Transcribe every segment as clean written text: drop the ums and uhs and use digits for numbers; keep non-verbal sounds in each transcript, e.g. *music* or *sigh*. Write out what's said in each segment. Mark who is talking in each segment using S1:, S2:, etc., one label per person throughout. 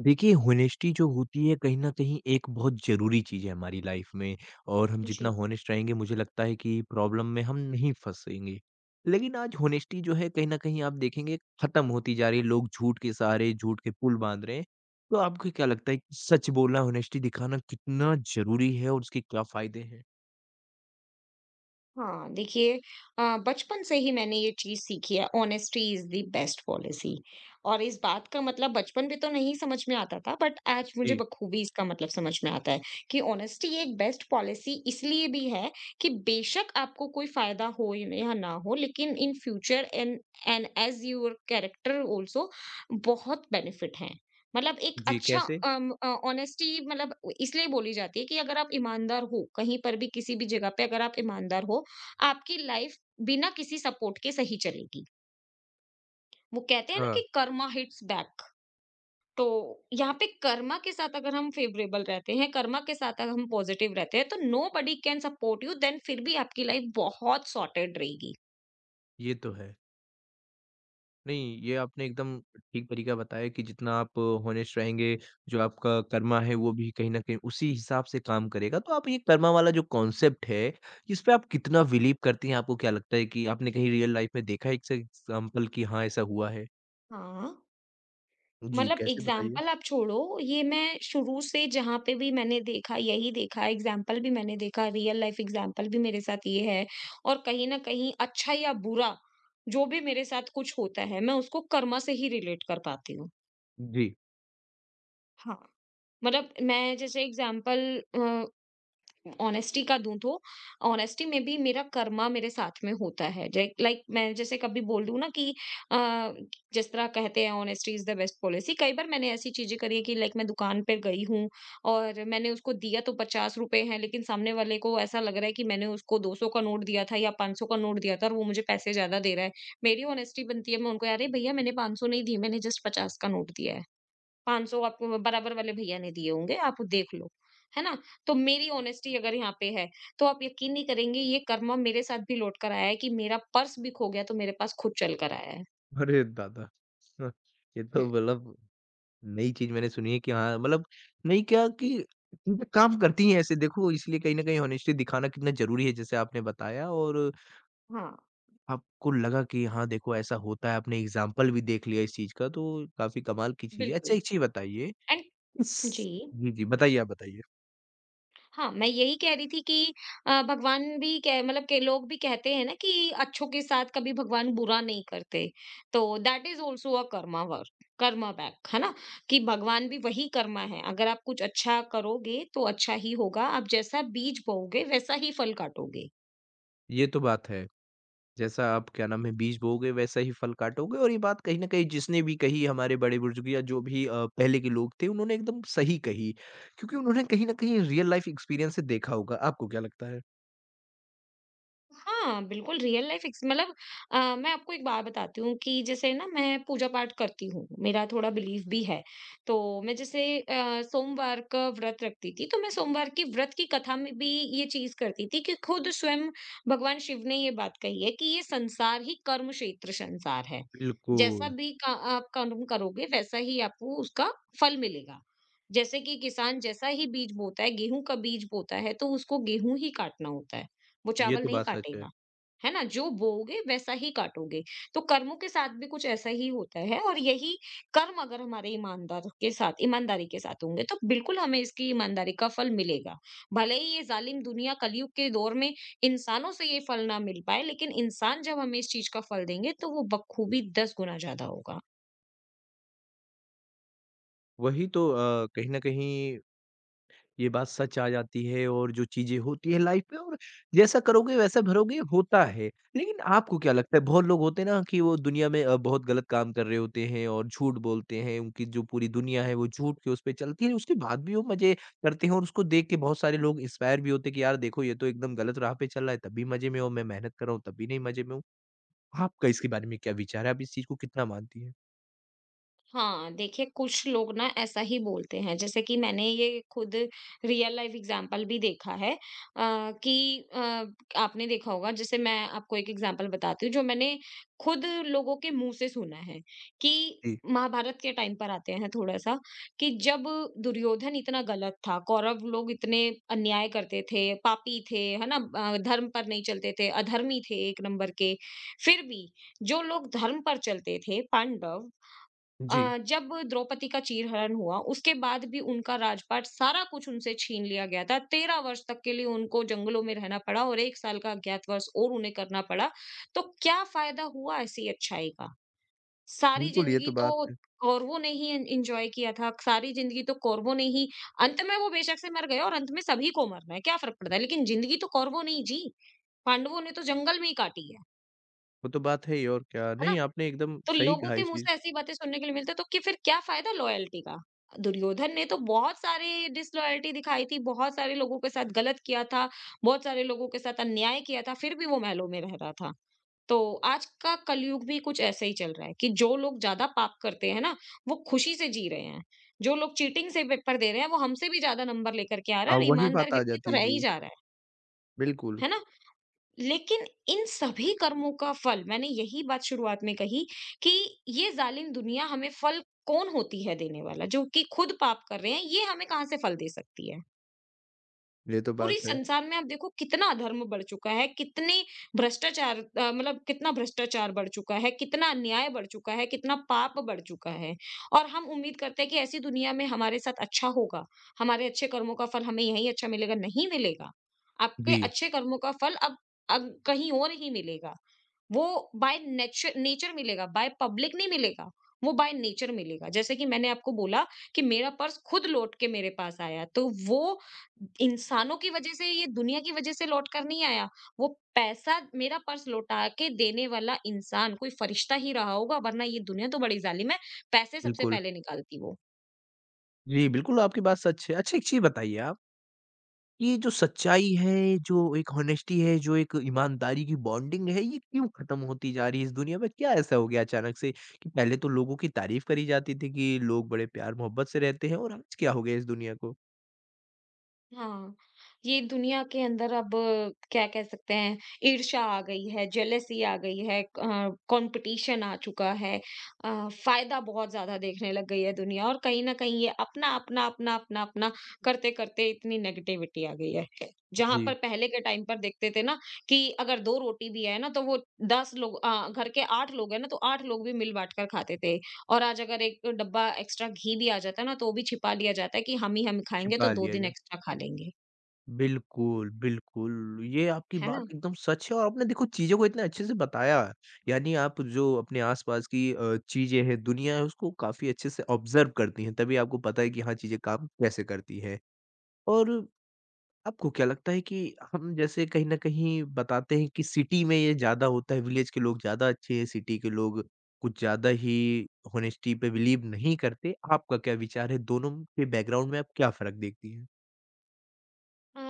S1: देखिए, होनेस्टी जो होती है कहीं न कहीं एक बहुत ज़रूरी चीज़ है हमारी लाइफ़ में और हम जितना
S2: Cheap.
S1: होनेस्ट रहेंगे मुझे लगता है कि प्रॉब्लम में हम नहीं फँसेंगे। लेकिन आज होनेस्टी जो है कहीं न कहीं आप देखेंगे ख़त्म होती जा रही है, लोग झूठ के सहारे, झूठ के पुल बाँध रहे हैं। तो आपको क्या लगता है कि सच बोलना, होनेस्टी दिखाना कितना ज़रूरी है और उसके क्या फ़ायदे हैं?
S2: हाँ, देखिए। बचपन से ही मैंने ये चीज़ सीखी है, honesty is the best policy. और इस बात का मतलब बचपन में तो नहीं समझ में आता था, बट आज मुझे
S1: जी,
S2: बखूबी इसका मतलब समझ में आता है कि ऑनेस्टी एक बेस्ट पॉलिसी इसलिए भी है कि बेशक आपको कोई फायदा हो या ना हो, लेकिन in future and and as your character also बहुत बेनिफिट है। मतलब एक
S1: जी
S2: अच्छा
S1: कैसे?
S2: ऑनेस्टी मतलब इसलिए बोली जाती है कि अगर आप ईमानदार हो, कहीं पर भी किसी भी जगह पे अगर आप ईमानदार हो, आपकी लाइफ बिना किसी सपोर्ट के सही चलेगी। वो कहते हैं ना
S1: अच्छा,
S2: कि कर्मा हिट्स बैक। तो यहाँ पे कर्मा के साथ अगर हम फेवरेबल रहते हैं, कर्मा के साथ अगर हम पॉजिटिव रहते हैं, तो nobody can support you then फिर भी आपकी लाइफ बहुत सॉर्टेड रहेगी।
S1: ये तो है। नहीं, ये आपने एकदम ठीक तरीका बताया कि जितना आप होनेस्ट रहेंगे, जो आपका कर्मा है वो भी कहीं न कहीं उसी हिसाब से काम करेगा। तो आप ये कर्मा वाला जो कॉन्सेप्ट है, इस पे आप कितना बिलीव करती हैं? आपको क्या लगता है कि आपने कहीं रियल लाइफ में देखा है इससे एग्ज़ाम्पल कि हाँ, ऐसा हुआ है?
S2: हाँ।
S1: जी,
S2: मतलब
S1: कैसे बताइए?
S2: एग्ज़ाम्पल आप छोड़ो, ये मैं शुरू से जहाँ पे भी मैंने देखा यही देखा, एग्ज़ाम्पल भी मैंने देखा, रियल लाइफ एग्ज़ाम्पल भी मेरे साथ ये है। और कहीं न कहीं अच्छा या बुरा, जो भी मेरे साथ कुछ होता है, मैं उसको कर्मा से ही रिलेट कर पाती हूँ।
S1: जी।
S2: हाँ, मतलब मैं जैसे एग्ज़ाम्पल अ, ऑनेस्टी का दूँ, तो ऑनेस्टी में भी मेरा कर्मा मेरे साथ में होता है। जै लाइक मैं जैसे कभी बोल दूँ ना कि अ, जिस तरह कहते हैं honesty is the best policy. कई बार मैंने ऐसी चीज़ें करी है कि लाइक मैं दुकान पे गई हूँ, और मैंने उसको दिया तो ₹50 है, लेकिन सामने वाले को ऐसा लग रहा है कि मैंने उसको 200 का नोट दिया था या 500 का नोट दिया था और वो मुझे पैसे ज़्यादा दे रहा है। मेरी ऑनेस्टी बनती है, मैं उनको, "अरे भईया, मैंने 500 नहीं दिए, मैंने जस्ट 50 का नोट दिया है। 500 आपको बराबर वाले भैया ने दिए होंगे, आप देख लो, है ना?" तो मेरी ऑनेस्टी अगर यहाँ पे है, तो आप यकीन नहीं करेंगे, ये कर्मा मेरे साथ भी लौट कर आया है कि मेरा पर्स भी खो गया तो मेरे पास खुद चल कर आया है।
S1: अरे दादा! *laughs* हाँ, ये तो
S2: हुँ।
S1: मतलब नई चीज़ मैंने सुनी है कि हाँ, मतलब नहीं क्या कि ये काम करती हैं ऐसे देखो इसलिए कहीं न कहीं होनेस्टी दिखाना कितना ज़रूरी है जैसे आपने बताया और
S2: हाँ।
S1: आपको लगा कि हाँ, देखो ऐसा होता है, आपने एग्ज़ाम्पल भी देख लिया इस चीज़ का तो काफ़ी कमाल की चीज़ है। अच्छा
S2: बिल्कुल
S1: एक चीज़ बताइए
S2: एंड।
S1: इस
S2: जी।
S1: जी, जी, बताइए आप बताइए।
S2: हाँ, मैं यही कह रही थी कि भगवान भी कह मतलब के लोग भी कहते हैं ना कि अच्छों के साथ कभी भगवान बुरा नहीं करते। तो that is also a karma work, karma back, है ना? कि भगवान भी वही कर्मा है। अगर आप कुछ अच्छा करोगे, तो अच्छा ही होगा। आप जैसा बीज बोओगे, वैसा ही फल काटोगे।
S1: ये तो बात है, जैसा आप क्या नाम है बीज बोओगे वैसा ही फल काटोगे और ये बात कहीं न कहीं जिसने भी कही हमारे बड़े-बुजुर्ग या जो भी पहले के लोग थे उन्होंने एकदम सही कही, क्योंकि उन्होंने कहीं न कहीं रियल लाइफ़ एक्सपीरियंस से देखा होगा। आपको क्या लगता है?
S2: हाँ, बिल्कुल रियल लाइफ़ एक्स मतलब मैं आपको एक बात बताती हूँ कि जैसे ना मैं पूजा-पाठ करती हूँ, मेरा थोड़ा बिलीफ भी है। तो मैं जैसे सोमवार का व्रत रखती थी, तो मैं सोमवार की व्रत की कथा में भी ये चीज़ करती थी कि खुद स्वयं भगवान शिव ने ये बात कही है कि ये संसार ही कर्म क्षेत्र संसार है। जैसा
S1: बिल्कुल,
S2: भी का आप कर्म करोगे, वैसा ही आपको उसका फल मिलेगा। जैसे कि किसान जैसा ही बीज बोता है, गेहूँ का बीज बोता है, तो उसको गेहूँ ही काटना होता है। वो
S1: ये
S2: चावल
S1: तो
S2: नहीं
S1: बात सच है।
S2: काटेगा, है ना? जो बोओगे वैसा ही काटोगे। तो कर्मों के साथ भी कुछ ऐसा ही होता है, और यही कर्म अगर हमारे ईमानदार के साथ ईमानदारी के साथ होंगे, तो बिल्कुल हमें इसकी ईमानदारी का फल मिलेगा। भले ही ये ज़ालिम दुनिया कलयुग के दौर में इंसानों से ये फल ना मिल पाए, लेकिन इंसान जब हमें इस चीज़ का फल देंगे, तो वो बखूबी 10 गुना ज़्यादा होगा।
S1: वही तो कहीं न कहीं ये बात सच आ जाती है और जो चीज़ें होती हैं लाइफ में और जैसा करोगे वैसा भरोगे होता है। लेकिन आपको क्या लगता है बहुत लोग होते हैं ना कि वो दुनिया में बहुत गलत काम कर रहे होते हैं और झूठ बोलते हैं, उनकी जो पूरी दुनिया है वो झूठ के उस पे चलती है, उसके बाद भी वो मज़े करते हैं और उसको देख के बहुत सारे लोग इंस्पायर भी होते हैं कि यार देखो ये तो एकदम गलत राह पे चल रहा है तब भी मज़े में हूँ, मैं मेहनत कर रहा हूँ तब भी नहीं मज़े में हूँ। आपका इसके बारे में क्या विचार है? आप इस चीज़ को कितना मानती हैं?
S2: हाँ, देखिए कुछ लोग ना ऐसा ही बोलते हैं। जैसे कि मैंने ये खुद रियल लाइफ एग्जांपल भी देखा है। कि आपने देखा होगा, जैसे मैं आपको एक एग्जांपल बताती हूँ जो मैंने खुद लोगों के मुंह से सुना है कि
S1: जी।
S2: महाभारत के टाइम पर आते हैं थोड़ा सा। कि जब दुर्योधन इतना गलत था, कौरव लोग इतने अन्याय करते थे, पापी थे, है ना, धर्म पर नहीं चलते थे, अधर्मी थे एक नंबर के। फिर भी जो लोग धर्म पर चलते थे पांडव,
S1: जी,
S2: जब द्रौपदी का चीरहरण हुआ, उसके बाद भी उनका राजपाट सारा कुछ उनसे छीन लिया गया था। 13 वर्ष तक के लिए उनको जंगलों में रहना पड़ा और 1 साल का अज्ञातवास और उन्हें करना पड़ा। तो क्या फ़ायदा हुआ ऐसी अच्छाई का? सारी
S1: बिल्कुल ये
S2: ज़िंदगी
S1: तो बात
S2: तो
S1: है।
S2: कौरवों ने ही एन एन्जॉय किया था, सारी ज़िंदगी तो कौरवों ने ही। अंत में वो बेशक से मर गए, और अंत में सभी को मरना है, क्या फ़र्क पड़ता है? लेकिन ज़िंदगी तो कौरवों ने ही जी, पांडवों ने तो जंगल में ही काटी
S1: वो तो बात है ही और क्या।
S2: है ना?
S1: नहीं आपने एकदम
S2: तो
S1: सही
S2: लोगों
S1: कहा
S2: के
S1: इस
S2: मुँह
S1: चीज़
S2: से ऐसी बातें सुनने के लिए मिलता है, तो कि फिर क्या फ़ायदा लॉयल्टी का? दुर्योधन ने तो बहुत सारी डिसलॉयल्टी दिखाई थी, बहुत सारे लोगों के साथ गलत किया था, बहुत सारे लोगों के साथ अन्याय किया था, फिर भी वो महलों में रह रहा था। तो आज का कलयुग भी कुछ ऐसे ही चल रहा है कि जो लोग ज़्यादा पाप करते हैं ना, वो खुशी से जी रहे हैं। जो लोग चीटिंग से पेपर दे रहे हैं, वो हमसे भी ज़्यादा नंबर लेकर के आ रहा
S1: हाँ,
S2: है, और
S1: वही
S2: ईमानदार
S1: बात आ
S2: व्यक्ति
S1: जाती
S2: तो
S1: है।
S2: रह ही
S1: जी,
S2: जा रहा
S1: बिल्कुल,
S2: है ना? लेकिन इन सभी कर्मों का फल, मैंने यही बात शुरुआत में कही, कि ये जालिम दुनिया हमें फल कौन होती है देने वाला? जो कि खुद पाप कर रहे हैं, ये हमें कहाँ से फल दे सकती है?
S1: ये तो
S2: पूरी
S1: बात है।
S2: संसार में आप देखो, कितना अधर्म बढ़ चुका है, कितनी भ्रष्टाचार मतलब कितना भ्रष्टाचार बढ़ चुका है, कितना अन्याय बढ़ चुका है, कितना पाप बढ़ चुका है। और हम उम्मीद करते हैं कि ऐसी दुनिया में हमारे साथ अच्छा होगा, हमारे अच्छे कर्मों का फल हमें यहीं अच्छा मिलेगा, नहीं मिलेगा। आपके
S1: जी,
S2: अच्छे कर्मों का फल अब कहीं और ही मिलेगा। वो बाय नेचर नेचर मिलेगा, बाय पब्लिक नहीं मिलेगा, वो बाय नेचर मिलेगा। जैसे कि मैंने आपको बोला कि मेरा पर्स खुद लौट के मेरे पास आया, तो वो इंसानों की वजह से, ये दुनिया की वजह से लौट कर नहीं आया। वो पैसा, मेरा पर्स लौटा के देने वाला इंसान कोई फरिश्ता ही रहा होगा, वरना ये दुनिया तो बड़ी ज़ालिम है, पैसे सबसे
S1: बिल्कुल।
S2: पहले निकालती वो।
S1: जी, बिल्कुल आपकी बात सच है। अच्छा, एक चीज़ बताइए आप, ये जो सच्चाई है, जो एक हॉनेस्टी है, जो एक ईमानदारी की बॉन्डिंग है, ये क्यों खत्म होती जा रही है इस दुनिया में? क्या ऐसा हो गया अचानक से कि पहले तो लोगों की तारीफ करी जाती थी कि लोग बड़े प्यार-मोहब्बत से रहते हैं और आज क्या हो गया इस दुनिया को?
S2: हाँ, ये दुनिया के अंदर अब क्या कह सकते हैं, ईर्ष्या आ गई है, जेलसी आ गई है, कॉम्पिटिशन आ चुका है। फ़ायदा बहुत ज़्यादा देखने लग गई है दुनिया, और कहीं न कहीं ये अपना, अपना, अपना, अपना, अपना करते-करते इतनी नेगेटिविटी आ गई है। जहाँ
S1: जी,
S2: पर पहले के टाइम पर देखते थे ना कि अगर 2 रोटी भी है ना, तो वो 10 लोग घर के 8 लोग हैं ना, तो 8 लोग भी मिल बाँट कर खाते थे। और आज अगर एक डब्बा एक्स्ट्रा घी भी आ जाता है ना, तो वो भी छिपा लिया जाता है कि हम ही हम खाएँगे, तो
S1: छिपा
S2: 2
S1: लिया
S2: दिन
S1: जाए।
S2: एक्स्ट्रा खा लेंगे,
S1: बिल्कुल, बिल्कुल। ये आपकी
S2: है
S1: बात
S2: ना?
S1: *laughs* एकदम सच है और आपने देखो चीज़ों को इतने अच्छे से बताया, यानी आप जो अपने आस-पास की चीज़ें हैं, दुनिया है, उसको काफ़ी अच्छे से ऑब्ज़र्व करती हैं, तभी आपको पता है कि हाँ, चीज़ें काम कैसे करती हैं। और आपको क्या लगता है कि हम जैसे कहीं न कहीं बताते हैं कि सिटी में ये ज़्यादा होता है, विलेज के लोग ज़्यादा अच्छे हैं, सिटी के लोग कुछ ज़्यादा ही हॉनेस्टी पे बिलीव नहीं करते। आपका क्या विचार है? दोनों के बैकग्राउंड में आप क्या फ़र्क देखती हैं?
S2: अ,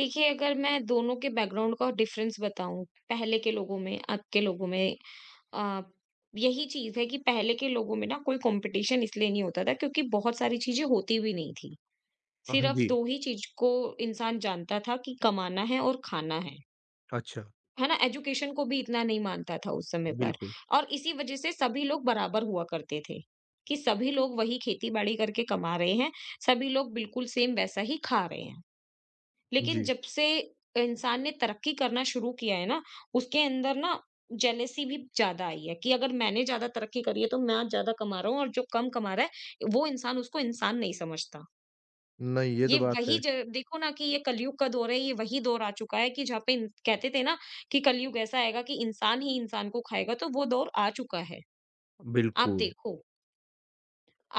S2: देखिए अगर मैं दोनों के बैकग्राउंड का डिफ़रेंस बताऊँ, पहले के लोगों में, अब के लोगों में, अ, यही चीज़ है कि पहले के लोगों में ना कोई कॉम्पिटिशन इसलिए नहीं होता था क्योंकि बहुत सारी चीज़ें होती भी नहीं थी।
S1: हाँ
S2: सिर्फ़
S1: जी।
S2: 2 ही चीज़ को इंसान जानता था कि कमाना है और खाना है।
S1: अच्छा,
S2: है ना? एजुकेशन को भी इतना नहीं मानता था उस समय पर।
S1: बिल्कुल।
S2: और इसी वजह से सभी लोग बराबर हुआ करते थे, कि सभी लोग वही खेती-बाड़ी करके कमा रहे हैं, सभी लोग बिल्कुल सेम वैसा ही खा रहे हैं। लेकिन
S1: जी।
S2: जब से इंसान ने तरक्की करना शुरू किया है ना, उसके अंदर ना जेलेसी भी ज़्यादा आई है कि अगर मैंने ज़्यादा तरक्की करी है, तो मैं ज़्यादा कमा रहा हूँ, और जो कम कमा रहा है, वो इंसान उसको इंसान नहीं समझता।
S1: नहीं, ये तो
S2: ये
S1: बात है।
S2: वही ज देखो ना कि ये कलयुग का दौर है, ये वही दौर आ चुका है कि जहाँ पे इन कहते थे ना कि कलयुग ऐसा आएगा कि इंसान ही इंसान को खाएगा, तो वो दौर आ चुका है। आप
S1: बिल्कुल,
S2: देखो,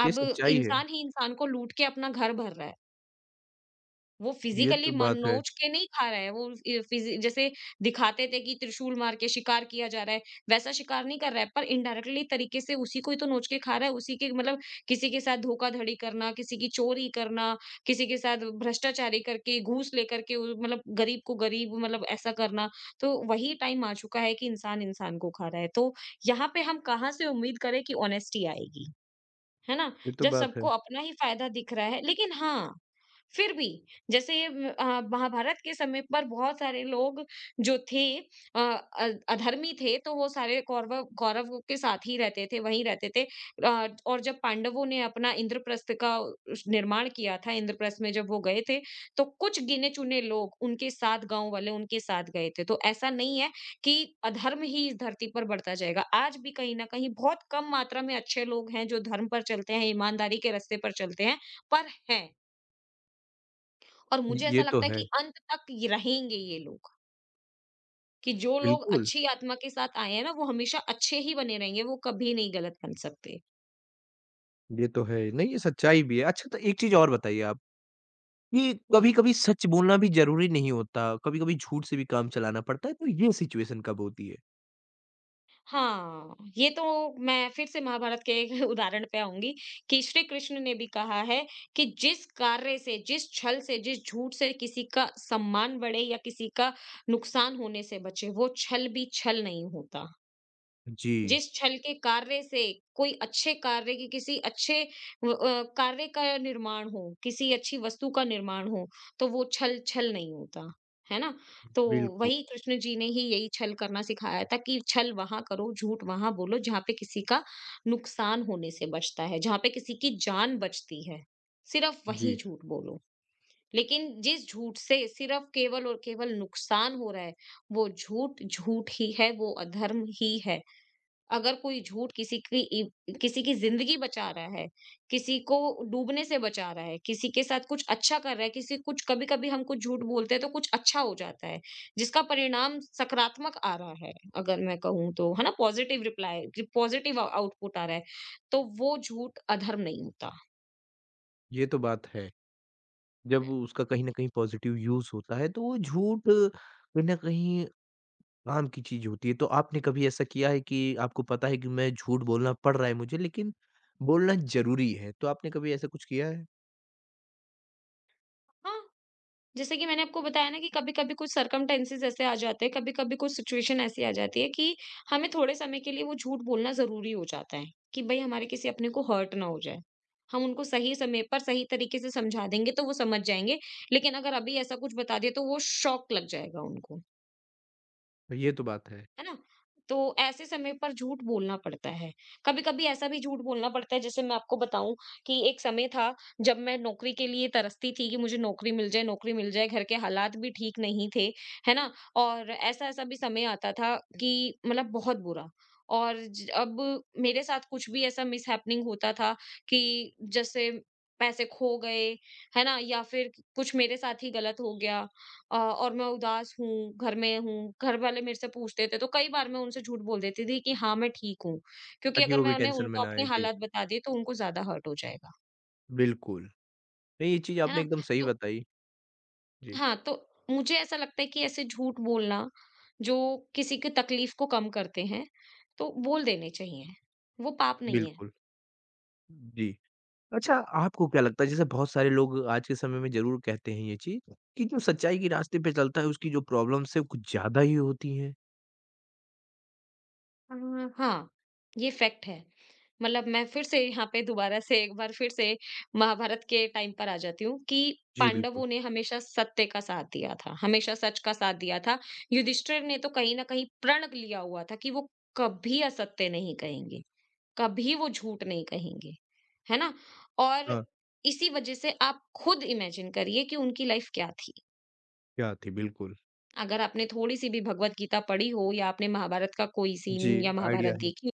S1: ये
S2: अब
S1: सच्चाई है।
S2: इंसान ही इंसान को लूट के अपना घर भर रहा है। वो
S1: ये
S2: फिजिकली
S1: तो बात है
S2: मनोज के नहीं खा रहा है, वो फिजी जैसे दिखाते थे कि त्रिशूल मार के शिकार किया जा रहा है, वैसा शिकार नहीं कर रहा है, पर इनडायरेक्टली तरीके से उसी को ही तो नोच के खा रहा है उसी के मतलब, किसी के साथ धोखाधड़ी करना, किसी की चोरी करना, किसी के साथ भ्रष्टाचारी करके घूस लेकर के मतलब गरीब को गरीब, मतलब ऐसा करना। तो वही टाइम आ चुका है कि इंसान इंसान को खा रहा है, तो यहाँ पे हम कहाँ से उम्मीद करें कि ऑनेस्टी आएगी, है ना?
S1: ये तो
S2: जब
S1: बात है।
S2: सबको अपना ही फायदा दिख रहा है, लेकिन हाँ, फिर भी जैसे महाभारत के समय पर बहुत सारे लोग जो थे अधर्मी थे, तो वो सारे कौरवों के साथ ही रहते थे, वहीं रहते थे। और जब पांडवों ने अपना इंद्रप्रस्थ का उस निर्माण किया था, इंद्रप्रस्थ में जब वो गए थे, तो कुछ गिने-चुने लोग उनके साथ, गाँव वाले उनके साथ गए थे। तो ऐसा नहीं है कि अधर्म ही इस धरती पर बढ़ता जाएगा। आज भी कहीं न कहीं बहुत कम मात्रा में अच्छे लोग हैं जो धर्म पर चलते हैं, ईमानदारी के रास्ते पर चलते हैं, पर हैं। और मुझे
S1: ये
S2: ऐसा
S1: तो
S2: लगता है
S1: है।
S2: कि अंत तक ये रहेंगे ये लोग, कि जो लोग
S1: बिल्कुल,
S2: अच्छी आत्मा के साथ आए हैं ना, वो हमेशा अच्छे ही बने रहेंगे, वो कभी नहीं गलत बन सकते।
S1: ये तो है। नहीं, ये सच्चाई भी है। अच्छा तो एक चीज़ और बताइए आप, ये
S2: जी।
S1: कभी-कभी सच बोलना भी ज़रूरी नहीं होता, कभी-कभी झूठ से भी काम चलाना पड़ता है, तो ये सिचुएशन कब होती है?
S2: हाँ, ये तो मैं फिर से महाभारत के एक *laughs* उदाहरण पे आऊँगी कि श्री कृष्ण ने भी कहा है कि जिस कार्य से, जिस छल से, जिस झूठ से किसी का सम्मान बढ़े या किसी का नुकसान होने से बचे, वो छल भी छल नहीं होता।
S1: जी,
S2: जिस छल के कार्य से कोई अच्छे कार्य की, किसी अच्छे कार्य का निर्माण हो, किसी अच्छी वस्तु का निर्माण हो, तो वो छल छल नहीं होता, है ना? तो
S1: बिल्कुल।
S2: वही कृष्ण जी ने ही यही छल करना सिखाया था कि छल वहां करो, झूठ वहां बोलो जहां पे किसी का नुकसान होने से बचता है, जहां पे किसी की जान बचती है, सिर्फ वही
S1: जी,
S2: झूठ बोलो। लेकिन जिस झूठ से सिर्फ केवल और केवल नुकसान हो रहा है, वो झूठ झूठ ही है, वो अधर्म ही है। अगर कोई झूठ किसी की किसी की जिंदगी बचा रहा है, किसी को डूबने से बचा रहा है, किसी के साथ कुछ अच्छा कर रहा है, किसी कुछ, कभी कभी हम कुछ झूठ बोलते हैं तो कुछ अच्छा हो जाता है, जिसका परिणाम सकारात्मक आ रहा है, अगर मैं कहूँ तो, है ना, पॉजिटिव रिप्लाई, पॉजिटिव आउटपुट आ रहा है, तो वो झूठ अधर्म नहीं होता।
S1: ये तो बात है। जब उसका कहीं न कहीं पॉज़िटिव यूज़ होता है, तो वो झूठ कहीं न कहीं काम की चीज़ होती है। तो आपने कभी ऐसा किया है कि आपको पता है कि मैं झूठ बोलना पड़ रहा है मुझे लेकिन बोलना ज़रूरी है, तो आपने कभी ऐसा कुछ किया है?
S2: हाँ, जैसे कि मैंने आपको बताया ना कि कभी-कभी कुछ सर्कमटेंसेस ऐसे आ जाते हैं, कभी-कभी कुछ सिचुएशन ऐसी आ जाती है कि हमें थोड़े समय के लिए वो झूठ बोलना ज़रूरी हो जाता है, कि भई हमारे किसी अपने को हर्ट ना हो जाए। हम उनको सही समय पर सही तरीके से समझा देंगे तो वो समझ जाएँगे, लेकिन अगर अभी ऐसा कुछ बता दिया तो वो शॉक लग जाएगा उनको।
S1: ये तो बात है,
S2: है ना? तो ऐसे समय पर झूठ बोलना पड़ता है। कभी-कभी ऐसा भी झूठ बोलना पड़ता है। जैसे मैं आपको बताऊँ कि एक समय था जब मैं नौकरी के लिए तरसती थी कि मुझे नौकरी मिल जाए, नौकरी मिल जाए। घर के हालात भी ठीक नहीं थे, है ना? और ऐसा-ऐसा भी समय आता था कि मतलब बहुत बुरा। और ज अब मेरे साथ कुछ भी ऐसा मिसहैपनिंग होता था कि जैसे पैसे खो गए, है ना? या फिर कुछ मेरे साथ ही गलत हो गया, और मैं उदास हूँ, घर में हूँ, घर वाले मेरे से पूछते थे, तो कई बार मैं उनसे झूठ बोल देती थी कि हाँ, मैं ठीक हूँ, क्योंकि
S1: ताकि
S2: अगर
S1: वो भी
S2: मैंने
S1: टेंशन में
S2: उनको
S1: ना
S2: अपनी
S1: आए। जी,
S2: हालत बता दी, तो उनको ज़्यादा हर्ट हो जाएगा,
S1: बिल्कुल। नहीं, ये चीज़
S2: है
S1: आपने
S2: ना?
S1: एकदम सही
S2: तो
S1: बताई। जी,
S2: हाँ, तो मुझे ऐसा लगता है कि ऐसे झूठ बोलना, जो किसी की तकलीफ को कम करते हैं, तो बोल देने चाहिए। वो पाप नहीं है।
S1: बिल्कुल। जी, अच्छा आपको क्या लगता है जैसे बहुत सारे लोग आज के समय में ज़रूर कहते हैं ये चीज़ कि जो सच्चाई के रास्ते पे चलता है उसकी जो प्रॉब्लम्स है वो कुछ ज़्यादा ही होती हैं।
S2: अ, हाँ, ये फैक्ट है। मतलब मैं फिर से यहाँ पे दोबारा से एक बार फिर से महाभारत के टाइम पर आ जाती हूँ कि
S1: जी, बिल्कुल।
S2: पांडवों ने हमेशा सत्य का साथ दिया था, हमेशा सच का साथ दिया था। युधिष्ठिर ने तो कहीं न कहीं प्रण लिया हुआ था कि वो कभी असत्य नहीं कहेंगे, कभी वो झूठ नहीं कहेंगे, है ना? और
S1: हाँ,
S2: इसी वजह से आप खुद इमेजिन करिए कि उनकी लाइफ क्या थी।
S1: क्या थी? बिल्कुल।
S2: अगर आपने थोड़ी-सी भी भगवत गीता पढ़ी हो या आपने महाभारत का कोई
S1: जी,
S2: सीन या
S1: आइडिया
S2: महाभारत
S1: है।
S2: देखी हो,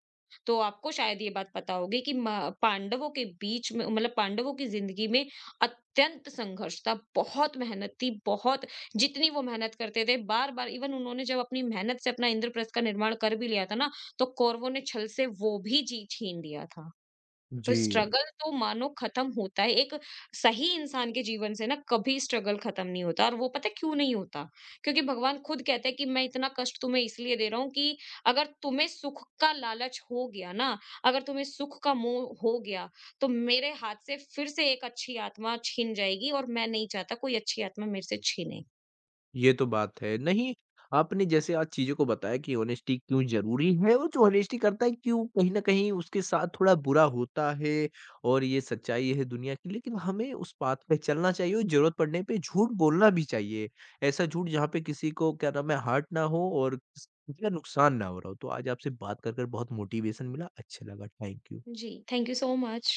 S2: तो आपको शायद ये बात पता होगी कि म पांडवों के बीच में, मतलब पांडवों की ज़िंदगी में अत्यंत संघर्ष था, बहुत मेहनत थी, बहुत जितनी वो मेहनत करते थे, बार-बार, इवन उन्होंने जब अपनी मेहनत से अपना इंद्रप्रस्थ का निर्माण कर भी लिया था ना, तो कौरवों ने छल से वो भी जी छीन लिया था। तो
S1: जी।
S2: स्ट्रगल तो मानो खत्म होता है एक सही इंसान के जीवन से ना, कभी स्ट्रगल खत्म नहीं होता। और वो पता है क्यों नहीं होता? क्योंकि भगवान खुद कहते हैं कि मैं इतना कष्ट तुम्हें इसलिए दे रहा हूं कि अगर तुम्हें सुख का लालच हो गया ना, अगर तुम्हें सुख का मोह हो गया, तो मेरे हाथ से फिर से एक अच्छी आत्मा छिन जाएगी, और मैं नहीं चाहता कोई अच्छी आत्मा मेरे से छीने।
S1: ये तो बात है। नहीं, आपने जैसे आज चीज़ों को बताया कि हॉनेस्टी क्यों ज़रूरी है और जो हॉनेस्टी करता है क्यों कहीं न कहीं उसके साथ थोड़ा बुरा होता है और ये सच्चाई है दुनिया की, लेकिन हमें उस पाथ पे चलना चाहिए और ज़रूरत पड़ने पे झूठ बोलना भी चाहिए। ऐसा झूठ जहाँ पे किसी को क्या नाम है हर्ट ना हो और किसी का नुकसान ना हो रहा हो। तो आज आपसे बात कर बहुत मोटिवेशन मिला। अच्छा लगा। Thank you.
S2: जी, थैंक यू सो मच।